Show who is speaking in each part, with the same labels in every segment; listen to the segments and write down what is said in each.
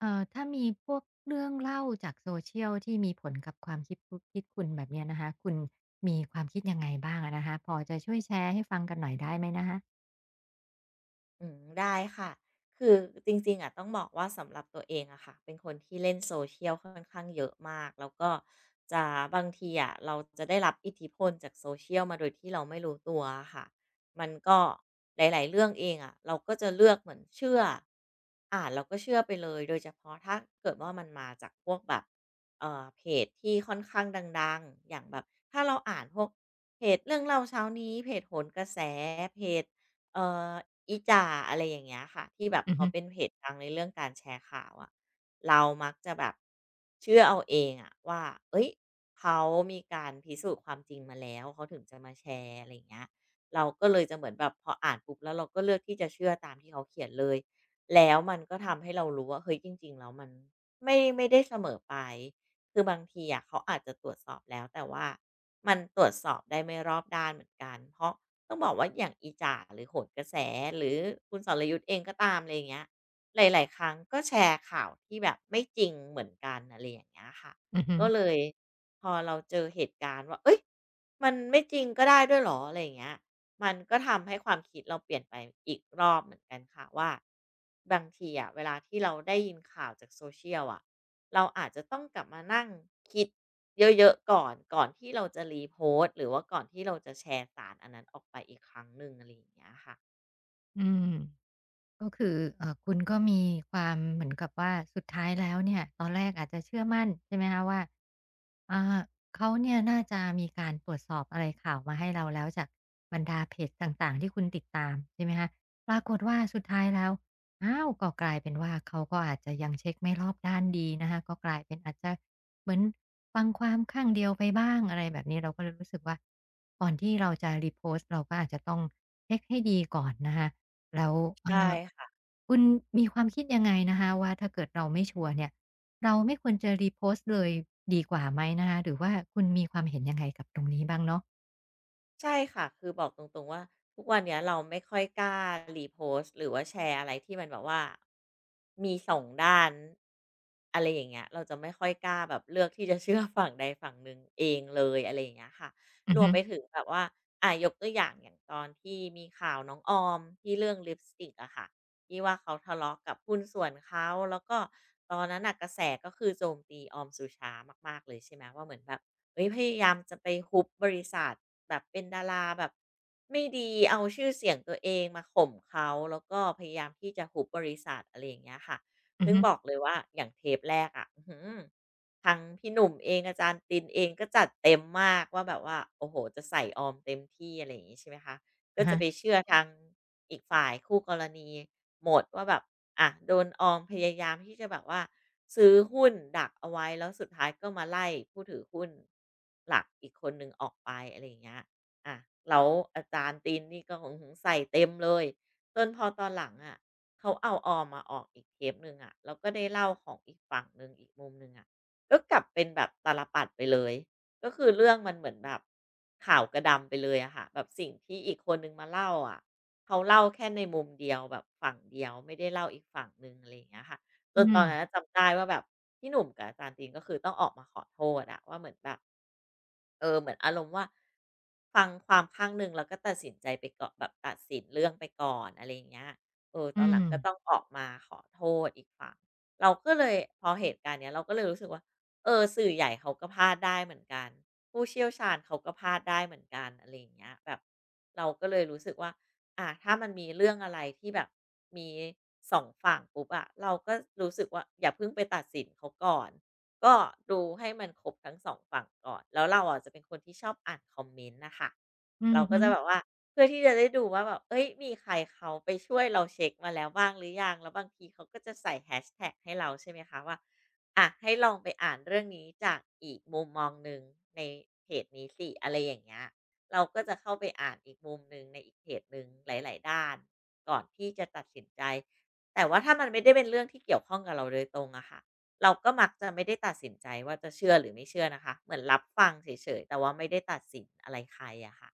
Speaker 1: ถ้ามีพวกเรื่องเล่าจาก Social ที่มีผลกับความคิดคุณแบบเนี้ยนะคะคุณมีความคิดยังไงบ้างอะนะคะพอจะช่วยแชร์ให้ฟังกันหน่อยได้ไหมนะคะ
Speaker 2: อืมได้ค่ะ คือจริงๆอะต้องบอกว่าสำหรับตัวเองอะค่ะเป็นคนที่เล่น Social ค่อนข้างเยอะมากแล้วก็จะบางทีอะเราจะได้รับอิทธิพลจาก Social มาโดยที่เราไม่รู้ตัวอะค่ะมันก็หลายๆเรื่องเองอะเราก็จะเลือกเหมือนเชื่ออ่านเราก็เชื่อไปเลยโดยเฉพาะถ้าเกิดว่ามันมาจากพวกแบบเพจที่ค่อนข้างดังๆอย่างแบบถ้าเราอ่านพวกเพจเรื่องเล่าเช้านี้เพจโหนกระแสเพจ เอ่ออีจ่าอะไรอย่างเงี้ยค่ะที่แบบ
Speaker 1: อือ
Speaker 2: เขา
Speaker 1: ฮึ
Speaker 2: เป็นเพจดังในเรื่องการแชร์ข่าวอะเรามักจะแบบเชื่อเอาเองอะว่าเฮ้ยเขามีการพิสูจน์ความจริงมาแล้วเขาถึงจะมาแชร์อะไรอย่างเงี้ยเราก็เลยจะเหมือนแบบพออ่านปุ๊บแล้วเราก็เลือกที่จะเชื่อตามที่เขาเขียนเลยแล้วมันก็ทำให้เรารู้ว่าเฮ้ยจริงๆแล้วมันไม่ได้เสมอไปคือบางทีอะเขาอาจจะตรวจสอบแล้วแต่ว่ามันตรวจสอบได้ไม่รอบด้านเหมือนกันเพราะ ต้องบอกว่าอย่างอีจ่าหรือโหนกระแสหรือคุณสรยุทธเองก็ตามอะไรอย่างเงี้ยหลายๆครั้งก็แชร์ข่าวที่แบบไม่จริงเหมือนกันอะไรอย่างเงี้ยค่ะ
Speaker 1: อือฮึ
Speaker 2: ก็เลยพอเราเจอเหตุการณ์ว่าเฮ้ยมันไม่จริงก็ได้ด้วยเหรออะไรอย่างเงี้ย มันก็ทำให้ความคิดเราเปลี่ยนไปอีกรอบเหมือนกันค่ะว่าบางทีอะเวลาที่เราได้ยินข่าวจาก Social อะเราอาจจะต้องกลับมานั่งคิดเยอะๆก่อนก่อนที่เราจะรีโพสต์หรือว่าก่อนที่เราจะแชร์สารอันนั้นออกไปอีกครั้งหนึ่งอะไรอย่างเงี้ยค่ะ
Speaker 1: อืม ก็คือคุณก็มีความเหมือนกับว่าสุดท้ายแล้วเนี่ยตอนแรกอาจจะเชื่อมั่นใช่ไหมคะว่าอ่าเขาเนี่ยน่าจะมีการตรวจสอบอะไรข่าวมาให้เราแล้วจากบรรดาเพจต่างๆที่คุณติดตามใช่ไหมคะปรากฏว่าสุดท้ายแล้วอ้าวก็กลายเป็นว่าเขาก็อาจจะยังเช็กไม่รอบด้านดีนะคะก็กลายเป็นอาจจะเหมือนฟังความข้างเดียวไปบ้างอะไรแบบนี้เราก็เลยรู้สึกว่าก่อนที่เราจะรีโพสต์เราก็อาจจะต้องเช็คให้ดีก่อนนะคะ แล้ว
Speaker 2: ใช
Speaker 1: เอ่อ
Speaker 2: ่
Speaker 1: คุณมีความคิดยังไงนะคะว่าถ้าเกิดเราไม่ชัวร์เนี่ยเราไม่ควรจะรีโพสต์เลยดีกว่าไหมนะคะหรือว่าคุณมีความเห็นยังไงกับตรงนี้บ้างเนาะ
Speaker 2: ใช่ค่ะคือบอกตรงๆว่าทุกวันเนี้ยเราไม่ค่อยกล้า repost หรือว่าแชร์อะไรที่มันแบบว่ามี2ด้านอะไรอย่างเงี้ยเราจะไม่ค่อยกล้าแบบเลือกที่จะเชื่อฝั่งใดฝั่งหนึ่งเองเลยอะไรอย่างเงี้ยค่ะ
Speaker 1: อื
Speaker 2: ร
Speaker 1: อ
Speaker 2: วม
Speaker 1: ฮึ
Speaker 2: ไปถึงแบบว่ายกตัวอย่างอย่างตอนที่มีข่าวน้องออมที่เรื่องลิปสติกอะค่ะที่ว่าเขาทะเลาะกับหุ้นส่วนเขาแล้วก็ตอนนั้นน่ะกระแสก็คือโจมตีออมสุชามากๆเลยใช่ไหมว่าเหมือนแบบ เฮ้ยพยายามจะไปฮุบบริษัทแบบเป็นดาราแบบไม่ดีเอาชื่อเสียงตัวเองมาข่มเขาแล้วก็พยายามที่จะฮุบบริษัทอะไรอย่างเงี้ยค่ะ
Speaker 1: อือ
Speaker 2: ซึ่ง
Speaker 1: ฮึ
Speaker 2: บอกเลยว่าอย่างเทปแรกอะะอื้อฮือทางพี่หนุ่มเองอาจารย์ตินเองก็จัดเต็มมากว่าแบบว่าโอ้โหจะใส่ออมเต็มที่อะไรอย่างงี้ใช่ไหมคะก็
Speaker 1: อะ
Speaker 2: จะ
Speaker 1: ฮะ
Speaker 2: ไปเชื่อทางอีกฝ่ายคู่กรณีหมดว่าแบบ อะโดนออมพยายามที่จะแบบว่าซื้อหุ้นดักเอาไว้แล้วสุดท้ายก็มาไล่ผู้ถือหุ้นหลักอีกคนหนึ่งออกไปอะไรอย่างเงี้ยอะแล้วอาจารย์ตีนนี่ก็ออฮอใส่เต็มเลยจนพอตอนหลังอะเขาเอาออมมาออกอีกเทปหนึ่งอะแล้วก็ได้เล่าของอีกฝั่งหนึ่งอีกมุมหนึ่งอะก็กลับเป็นแบบตาลปัดรไปเลย ก็คือเรื่องมันเหมือนแบบขาวกระดำไปเลยอะค่ะแบบสิ่งที่อีกคนนึงมาเล่าอะเขาเล่าแค่ในมุมเดียวแบบฝั่งเดียวไม่ได้เล่าอีกฝั่งหนึ่งอะไรอย่างเงี้ยค่ะจ
Speaker 1: อื
Speaker 2: นตอ
Speaker 1: ม
Speaker 2: นนั้นจำได้ว่าแบบพี่หนุ่มกับอาจารย์ตีนก็คือต้องออกมาขอโทษอะว่าเหมือนแบบเออเหมือนอารมณ์ว่าฟังความข้างหนึ่งแล้วก็ตัดสินใจไปเกาะแบบตัดสินเรื่องไปก่อนอะไรอย่างเงี้ยเออต
Speaker 1: อื
Speaker 2: อน
Speaker 1: อ
Speaker 2: หลัง
Speaker 1: ฮึ
Speaker 2: ก็ต้องออกมาขอโทษอีกฝั่งเราก็เลยพอเหตุการณ์เนี้ยเราก็เลยรู้สึกว่า เออสื่อใหญ่เขาก็พลาดได้เหมือนกันผู้เชี่ยวชาญเขาก็พลาดได้เหมือนกันอะไรอย่างเงี้ยแบบเราก็เลยรู้สึกว่าถ้ามันมีเรื่องอะไรที่แบบมีสองฝั่งปุ๊บอะเราก็รู้สึกว่าอย่าเพิ่งไปตัดสินเขาก่อนก็ดูให้มันครบทั้งสองฝั่งก่อนแล้วเราอะจะเป็นคนที่ชอบอ่านคอมเมนต์นะคะ
Speaker 1: อือ
Speaker 2: เราก็
Speaker 1: ฮึ
Speaker 2: จะแบบว่าเพื่อที่จะได้ดูว่าแบบเอ้ยมีใครเขาไปช่วยเราเช็คมาแล้วบ้างหรือยังแล้วบางทีเขาก็จะใส่แ a ชแท็กให้เราใช่ไหมคะว่า อะให้ลองไปอ่านเรื่องนี้จากอีกมุมมองหนึ่งในเพจนี้สิอะไรอย่างเงี้ยเราก็จะเข้าไปอ่านอีกมุมหนึ่งในอีกเพจหนึ่งหลายๆด้านก่อนที่จะตัดสินใจแต่ว่าถ้ามันไม่ได้เป็นเรื่องที่เกี่ยวข้องกับเราโดยตรงอะค่ะเราก็มักจะไม่ได้ตัดสินใจว่าจะเชื่อหรือไม่เชื่อนะคะเหมือนรับฟังเฉยๆแต่ว่าไม่ได้ตัดสินอะไรใครอะค่ะ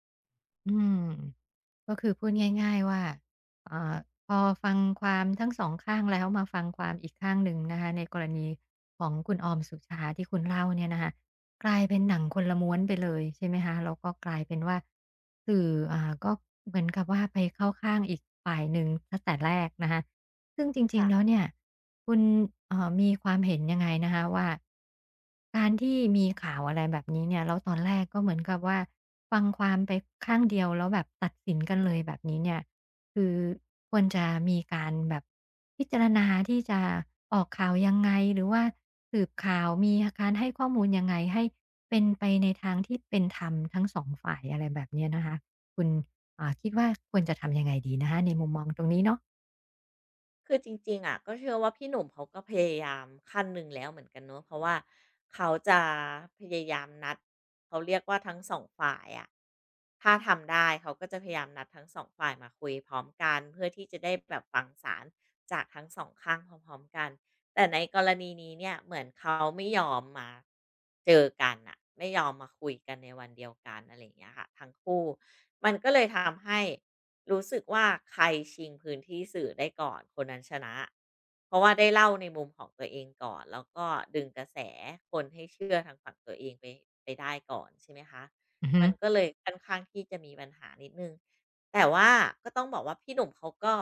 Speaker 1: อืมก็คือพูดง่ายๆว่าเอ่อพอฟังความทั้งสองข้างแล้วมาฟังความอีกข้างหนึ่งนะคะในกรณีของคุณออมสุชาที่คุณเล่าเนี่ยนะคะกลายเป็นหนังคนละม้วนไปเลยใช่ไหมคะแล้วก็กลายเป็นว่าสื่อก็เหมือนกับว่าไปเข้าข้างอีกฝ่ายหนึ่งตั้งแต่แรกนะคะซึ่งจริงๆแล้วเนี่ย คุณมีความเห็นยังไงนะคะว่าการที่มีข่าวอะไรแบบนี้เนี่ยแล้วตอนแรกก็เหมือนกับว่าฟังความไปข้างเดียวแล้วแบบตัดสินกันเลยแบบนี้เนี่ยคือควรจะมีการแบบพิจารณาที่จะออกข่าวยังไงหรือว่าสืบข่าวมีการให้ข้อมูลยังไงให้เป็นไปในทางที่เป็นธรรมทั้งสองฝ่ายอะไรแบบเนี้ยนะคะคุณคิดว่าควรจะทำยังไงดีนะคะในมุมมองตรงนี้เนาะ
Speaker 2: คือจริงๆอะก็เชื่อว่าพี่หนุ่มเขาก็พยายามขั้นหนึ่งแล้วเหมือนกันเนาะเพราะว่าเขาจะพยายามนัดเขาเรียกว่าทั้งสองฝ่ายอะถ้าทำได้เขาก็จะพยายามนัดทั้งสองฝ่ายมาคุยพร้อมกันเพื่อที่จะได้แบบฟังสารจากทั้งสองข้างพร้อมๆกัน แต่ในกรณีนี้เนี่ยเหมือนเขาไม่ยอมมาเจอกันอะไม่ยอมมาคุยกันในวันเดียวกันอะไรอย่างเงี้ยค่ะทั้งคู่มันก็เลยทำให้รู้สึกว่าใครชิงพื้นที่สื่อได้ก่อนคนนั้นชนะเพราะว่าได้เล่าในมุมของตัวเองก่อนแล้วก็ดึงกระแสคนให้เชื่อทางฝั่งตัวเองไปได้ก่อนใช่ไหมคะ
Speaker 1: อือฮึ
Speaker 2: มันก็เลยค่อนข้างที่จะมีปัญหานิดหนึ่ง แต่ว่าก็ต้องบอกว่าพี่หนุ่มเขาก็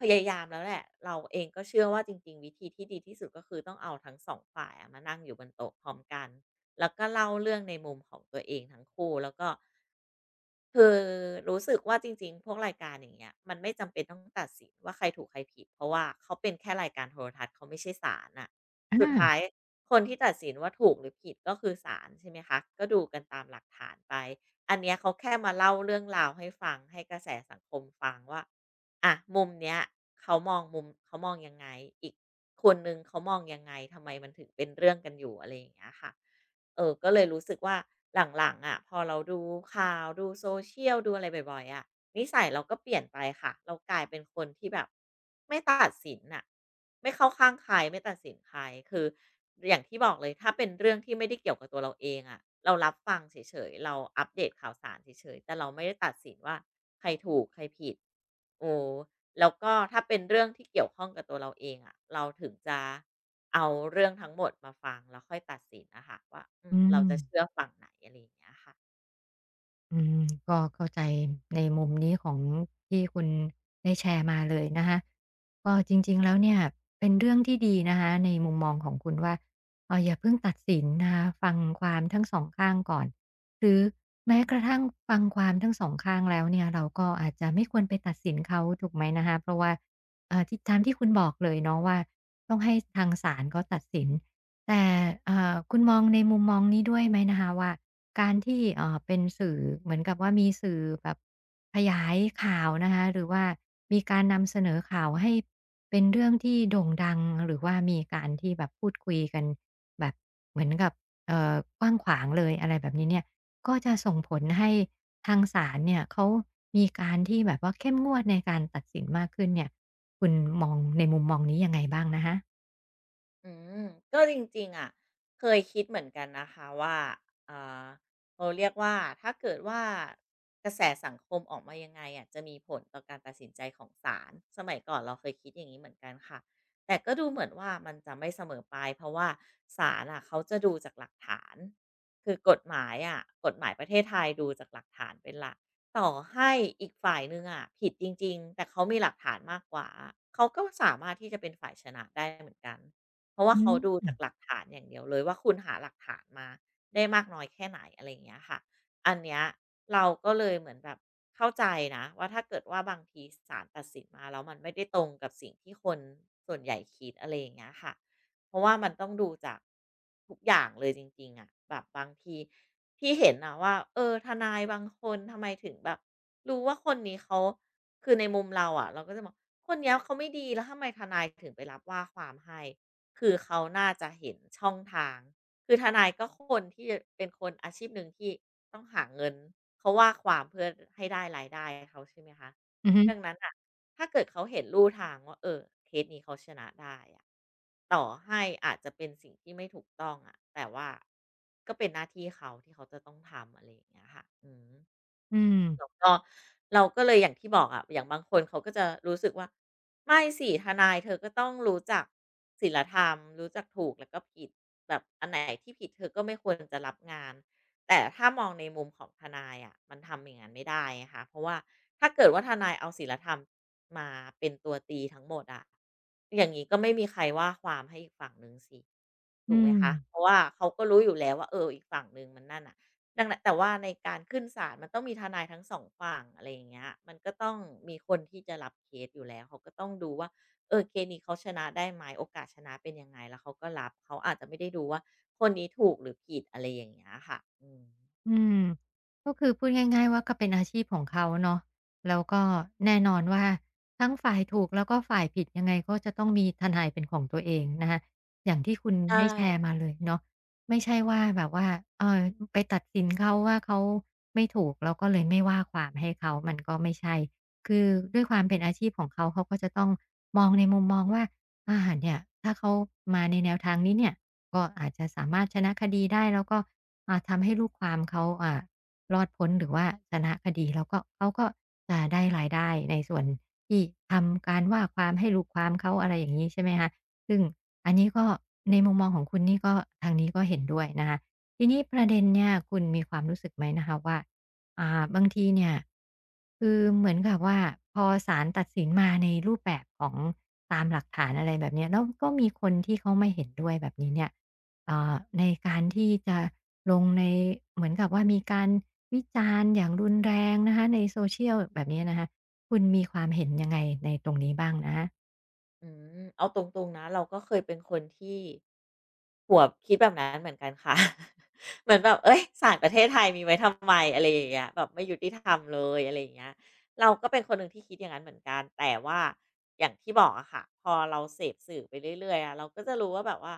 Speaker 2: พยายามแล้วแหละเราเองก็เชื่อว่าจริงๆวิธีที่ดีที่สุดก็คือต้องเอาทั้ง2ฝ่ายอะมานั่งอยู่บนโต๊ะพร้อมกันแล้วก็เล่าเรื่องในมุมของตัวเองทั้งคู่แล้วก็ คือรู้สึกว่าจริงๆพวกรายการอย่างเงี้ยมันไม่จำเป็นต้องตัดสินว่าใครถูกใครผิดเพราะว่าเขาเป็นแค่รายการโทรทัศน์เขาไม่ใช่ศาลน่ะสุด
Speaker 1: อา
Speaker 2: ท้ายคนที่ตัดสินว่าถูกหรือผิดก็คือศาลใช่ไหมคะก็ดูกันตามหลักฐานไปอันเนี้ยเขาแค่มาเล่าเรื่องราวให้ฟังให้กระแสสังคมฟังว่าอะมุมเนี้ยเขามองมุมเขามองยังไงอีกคนหนึ่งเขามองยังไงทำไมมันถึงเป็นเรื่องกันอยู่อะไรอย่างเงี้ยค่ะ เออก็เลยรู้สึกว่าหลังๆอะพอเราดูข่าวดูโซเชียลดูอะไรบ่อยๆอะนิสัยเราก็เปลี่ยนไปค่ะเรากลายเป็นคนที่แบบไม่ตัดสินอ่ะไม่เข้าข้างใครไม่ตัดสินใครคืออย่างที่บอกเลยถ้าเป็นเรื่องที่ไม่ได้เกี่ยวกับตัวเราเองอะเรารับฟังเฉยๆเราอัปเดตข่าวสารเฉยๆแต่เราไม่ได้ตัดสินว่าใครถูกใครผิดออ แล้วก็ถ้าเป็นเรื่องที่เกี่ยวข้องกับตัวเราเองอะเราถึงจะเอาเรื่องทั้งหมดมาฟังแล้วค่อยตัดสินนะคะว่าอื
Speaker 1: อื
Speaker 2: มเรา
Speaker 1: ม
Speaker 2: จะเชื่อฝั่งไหนอะไรอย่างเงี้ยค่ะ
Speaker 1: อืมก็เข้าใจในมุมนี้ของที่คุณได้แชร์มาเลยนะคะก็จริงๆแล้วเนี่ยเป็นเรื่องที่ดีนะคะในมุมมองของคุณว่าอย่าเพิ่งตัดสินนะคะฟังความทั้งสองข้างก่อนหรือแม้กระทั่งฟังความทั้งสองข้างแล้วเนี่ยเราก็อาจจะไม่ควรไปตัดสินเขาถูกไหมนะคะเพราะว่าที่ตามที่คุณบอกเลยเนาะว่าต้องให้ทางศาลเขาตัดสินแต่คุณมองในมุมมองนี้ด้วยไหมนะคะว่า การที่เป็นสื่อเหมือนกับว่ามีสื่อแบบขยายข่าวนะคะหรือว่ามีการนำเสนอข่าวให้เป็นเรื่องที่โด่งดังหรือว่ามีการที่แบบพูดคุยกันแบบเหมือนกับเอ่อกว้างขวางเลยอะไรแบบนี้เนี่ยก็จะส่งผลให้ทางศาลเนี่ยเขามีการที่แบบว่าเข้มงวดในการตัดสินมากขึ้นเนี่ยคุณมองในมุมมองนี้ยังไงบ้างนะคะ
Speaker 2: อืมก็จริงๆอะเคยคิดเหมือนกันนะคะว่าเออเราเรียกว่าถ้าเกิดว่ากระแสสังคมออกมายังไงอะจะมีผลต่อการตัดสินใจของศาลสมัยก่อนเราเคยคิดอย่างนี้เหมือนกันค่ะแต่ก็ดูเหมือนว่ามันจะไม่เสมอไปเพราะว่าศาลอะเขาจะดูจากหลักฐานคือกฎหมายอะกฎหมายประเทศไทยดูจากหลักฐานเป็นหลักต่อให้อีกฝ่ายนึงอะผิดจริงๆแต่เขามีหลักฐานมากกว่าเขาก็สามารถที่จะเป็นฝ่ายชนะได้เหมือนกัน เพราะว่า
Speaker 1: อื
Speaker 2: เขาดูจา
Speaker 1: ม
Speaker 2: กหลักฐานอย่างเดียวเลยว่าคุณหาหลักฐานมาได้มากน้อยแค่ไหนอะไรอย่างเงี้ยค่ะ อันเนี้ยเราก็เลยเหมือนแบบเข้าใจนะว่าถ้าเกิดว่าบางทีศาลตัดสินมาแล้วมันไม่ได้ตรงกับสิ่งที่คนส่วนใหญ่คิดอะไรอย่างเงี้ยค่ะเพราะว่ามันต้องดูจากทุกอย่างเลยจริงๆอะแบบบางทีที่เห็นนะว่าทนายบางคนทำไมถึงแบบรู้ว่าคนนี้เขาคือในมุมเราอะเราก็จะบอกคนเนี้ยเขาไม่ดีแล้วทำไมทนายถึงไปรับว่าความให้ คือเขาน่าจะเห็นช่องทางคือทนายก็คนที่เป็นคนอาชีพหนึ่งที่ต้องหาเงินเขาว่าความเพื่อให้ได้รายได้เขาใช่ไหมคะ
Speaker 1: อือฮึ
Speaker 2: ดังนั้นอ่ะถ้าเกิดเขาเห็นลู่ทางว่าเคสนี้เขาชนะได้อะต่อให้อาจจะเป็นสิ่งที่ไม่ถูกต้องอะแต่ว่าก็เป็นหน้าที่เขาที่เขาจะต้องทำอะไรอย่างเงี้ยค่ะอืม
Speaker 1: อืม
Speaker 2: ก็เราก็เลยอย่างที่บอกอะอย่างบางคนเขาก็จะรู้สึกว่าไม่สิทนายเธอก็ต้องรู้จักศีลธรรมรู้จักถูกแล้วก็ผิดแบบอันไหนที่ผิดเธอก็ไม่ควรจะรับงานแต่ถ้ามองในมุมของทนายอะมันทำอย่างนั้นไม่ได้ไงคะเพราะว่าถ้าเกิดว่าทนายเอาศีลธรรมมาเป็นตัวตีทั้งหมดอะอย่างนี้ก็ไม่มีใครว่าความให้อีกฝั่งหนึ่งสิถู
Speaker 1: อื
Speaker 2: กไหม
Speaker 1: ม
Speaker 2: คะเพราะว่าเขาก็รู้อยู่แล้วว่าเอออีกฝั่งหนึ่งมันนั่นอะ ดังนั้นแต่ว่าในการขึ้นศาลมันต้องมีทนายทั้งสองฝั่งอะไรอย่างเงี้ยมันก็ต้องมีคนที่จะรับเคสอยู่แล้วเขาก็ต้องดูว่าเออเคสนี้เขาชนะได้ไหมโอกาสชนะเป็นยังไงแล้วเขาก็รับเขาอาจจะไม่ได้ดูว่าคนนี้ถูกหรือผิดอะไรอย่างเงี้ยค่ะอืม
Speaker 1: อืมก็คือพูดง่ายๆว่าก็เป็นอาชีพของเขาเนาะแล้วก็แน่นอนว่าทั้งฝ่ายถูกแล้วก็ฝ่ายผิดยังไงก็จะต้องมีทนายเป็นของตัวเองนะคะอย่างที่คุณ
Speaker 2: ใ
Speaker 1: ได้แช
Speaker 2: ช่
Speaker 1: ร์มาเลยเนาะไม่ใช่ว่าแบบว่าเออไปตัดสินเขาว่าเขาไม่ถูกแล้วก็เลยไม่ว่าความให้เขามันก็ไม่ใช่คือด้วยความเป็นอาชีพของเขาเขาก็จะต้องมองในมุมมองว่าอาเนี่ยถ้าเขามาในแนวทางนี้เนี่ย ก็อาจจะสามารถชนะคดีได้แล้วก็ทำให้ลูกความเขารอดพ้นหรือว่าชนะคดีแล้วก็เขาก็จะได้รายได้ในส่วนที่ทำการว่าความให้ลูกความเขาอะไรอย่างนี้ใช่ไหมคะซึ่งอันนี้ก็ในมุมมองของคุณนี่ก็ทางนี้ก็เห็นด้วยนะคะทีนี้ประเด็นเนี่ยคุณมีความรู้สึกไหมนะคะว่าบางทีเนี่ยคือเหมือนกับว่าพอศาลตัดสินมาในรูปแบบของตามหลักฐานอะไรแบบเนี้ยแล้วก็มีคนที่เขาไม่เห็นด้วยแบบนี้เนี่ย ในการที่จะลงในเหมือนกับว่ามีการวิจารณ์อย่างรุนแรงนะคะใน social แบบนี้นะคะคุณมีความเห็นยังไงในตรงนี้บ้างนะ
Speaker 2: อืมเอาตรงๆนะเราก็เคยเป็นคนที่ หัวคิดแบบนั้นเหมือนกันค่ะ เหมือนแบบเอ้ยศาลประเทศไทยมีไว้ทำไมอะไรอย่างเงี้ยแบบไม่ยุติธรรมเลยอะไรอย่างเงี้ยเราก็เป็นคนหนึ่งที่คิดอย่างนั้นเหมือนกันแต่ว่าอย่างที่บอกอะค่ะพอเราเสพสื่อไปเรื่อยๆอะเราก็จะรู้ว่าแบบว่า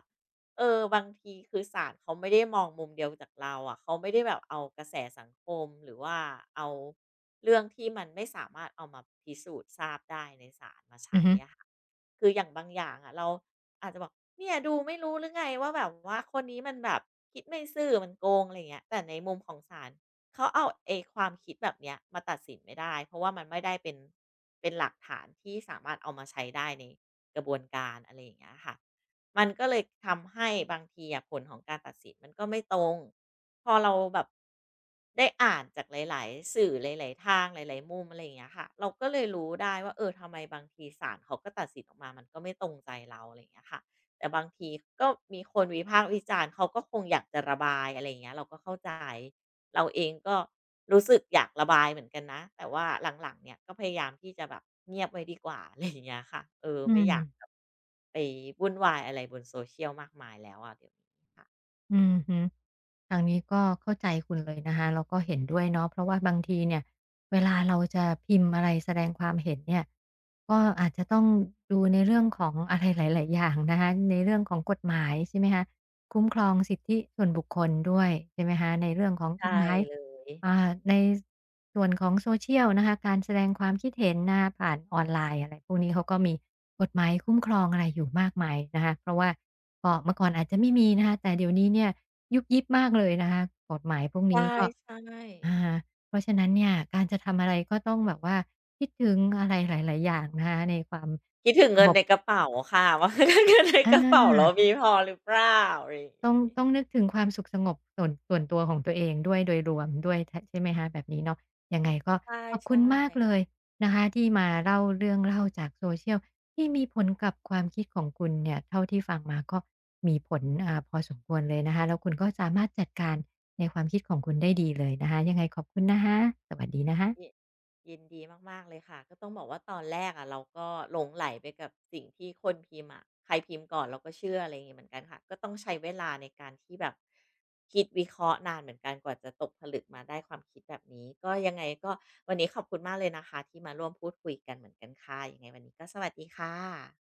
Speaker 2: เออบางทีคือศาลเขาไม่ได้มองมุมเดียวจากเราอะเขาไม่ได้แบบเอากระแสสังคมหรือว่าเอาเรื่องที่มันไม่สามารถเอามาพิสูจน์ทราบได้ในศาลมา
Speaker 1: อื
Speaker 2: ใช้
Speaker 1: อฮึ
Speaker 2: อะค่ะ คืออย่างบางอย่างอ่ะเราอาจจะบอกเนี่ยดูไม่รู้หรือไงว่าแบบว่าคนนี้มันแบบคิดไม่ซื่อมันโกงอะไรยเงี้ยแต่ในมุมของศาลเขาเอาไอ้ความคิดแบบเนี้ยมาตัดสินไม่ได้เพราะว่ามันไม่ได้เป็นหลักฐานที่สามารถเอามาใช้ได้ในกระบวนการอะไรอย่างเงี้ยค่ะ มันก็เลยทำให้บางทีอะผลของการตัดสินมันก็ไม่ตรง พอเราแบบได้อ่านจากหลายๆสื่อหลายๆทางหลายๆมุมอะไรอย่างเงี้ยค่ะเราก็เลยรู้ได้ว่าเออทำไมบางทีศาลเขาก็ตัดสินออกมา มันก็ไม่ตรงใจเราอะไรอย่างเงี้ยค่ะแต่บางทีก็มีคนวิพากษ์วิจารณ์เขาก็คงอยากจะระบายอะไรอย่างเงี้ยเราก็เข้าใจ เราเองก็รู้สึกอยากระบายเหมือนกันนะแต่ว่าหลังๆเนี่ยก็พยายามที่จะแบบเงียบไว้ดีกว่า อะไรอย่างเงี้ยค่ะเออ
Speaker 1: อื
Speaker 2: ไม่
Speaker 1: ม
Speaker 2: อยากแบบไปวุ่นวายอะไรบนโซเชียลมากมายแล้วอะเดี๋ยวนี้ค่ะ
Speaker 1: อือฮึ ทางนี้ก็เข้าใจคุณเลยนะคะแล้วก็เห็นด้วยเนาะเพราะว่าบางทีเนี่ยเวลาเราจะพิมพ์อะไรแสดงความเห็นเนี่ยก็อาจจะต้องดูในเรื่องของอะไรหลายๆอย่างนะคะในเรื่องของกฎหมายใช่ไหมคะคุ้มครองสิทธิส่วนบุคคลด้วยใช่ไหมคะในเรื่องของก
Speaker 2: ใช่
Speaker 1: ฎหมาย
Speaker 2: เลย
Speaker 1: ในส่วนของโซเชียลนะคะการแสดงความคิดเห็นนะคะผ่านออนไลน์อะไรพวกนี้เขาก็มีกฎหมายคุ้มครองอะไรอยู่มากมายนะคะเพราะว่าก็เมื่อก่อนอาจจะไม่มีนะคะแต่เดี๋ยวนี้เนี่ย ยุบยิบมากเลยนะคะกฎหมายพวก
Speaker 2: ใช่
Speaker 1: นี้ก็
Speaker 2: ใช่
Speaker 1: อาเพราะฉะนั้นเนี่ยการจะทำอะไรก็ต้องแบบว่าคิดถึงอะไรหลายๆอย่างนะคะในความ
Speaker 2: คิด
Speaker 1: สุ
Speaker 2: ถึ
Speaker 1: ข
Speaker 2: ง
Speaker 1: ส
Speaker 2: เงิ
Speaker 1: ง
Speaker 2: น
Speaker 1: บ
Speaker 2: ในกระเป๋าค่ะ ว่า เงินใน
Speaker 1: อา
Speaker 2: กระเป๋าเรามีพอหรือเปล่าอะไรอย่างง
Speaker 1: ต้อง
Speaker 2: ี้
Speaker 1: ต้องนึกถึงความสุขสงบส่วนตัวของตัวเองด้วยโดยรวมด้วยทใช่ไหมคะแบบนี้เนาะยังไงก็
Speaker 2: ใช่
Speaker 1: ขอบ
Speaker 2: ใช
Speaker 1: คุณมากเลย
Speaker 2: ่
Speaker 1: นะคะที่มาเล่าเรื่องเล่าจาก social ที่มีผลกับความคิดของคุณเนี่ยเท่าที่ฟังมาก็มีผลพอสมควรเลยนะคะแล้วคุณก็สามารถจัดการในความคิดของคุณได้ดีเลยนะคะยังไงขอบคุณนะคะสวัสดีนะ
Speaker 2: ยิ
Speaker 1: คะ
Speaker 2: ยินดีมากๆเลยค่ะก็ต้องบอกว่าตอนแรกอะเราก็หลงไหลไปกับสิ่งที่คนพิมพ์อะใครพิมพ์ก่อนเราก็เชื่ออะไรอย่างงี้เหมือนกันค่ะก็ต้องใช้เวลาในการที่แบบคิดวิเคราะห์นานเหมือนกันกว่าจะตกผลึกมาได้ความคิดแบบนี้ก็ยังไงก็วันนี้ขอบคุณมากเลยนะคะที่มาร่วมพูดคุยกันเหมือนกันค่ะยังไงวันนี้ก็สวัสดีค่ะ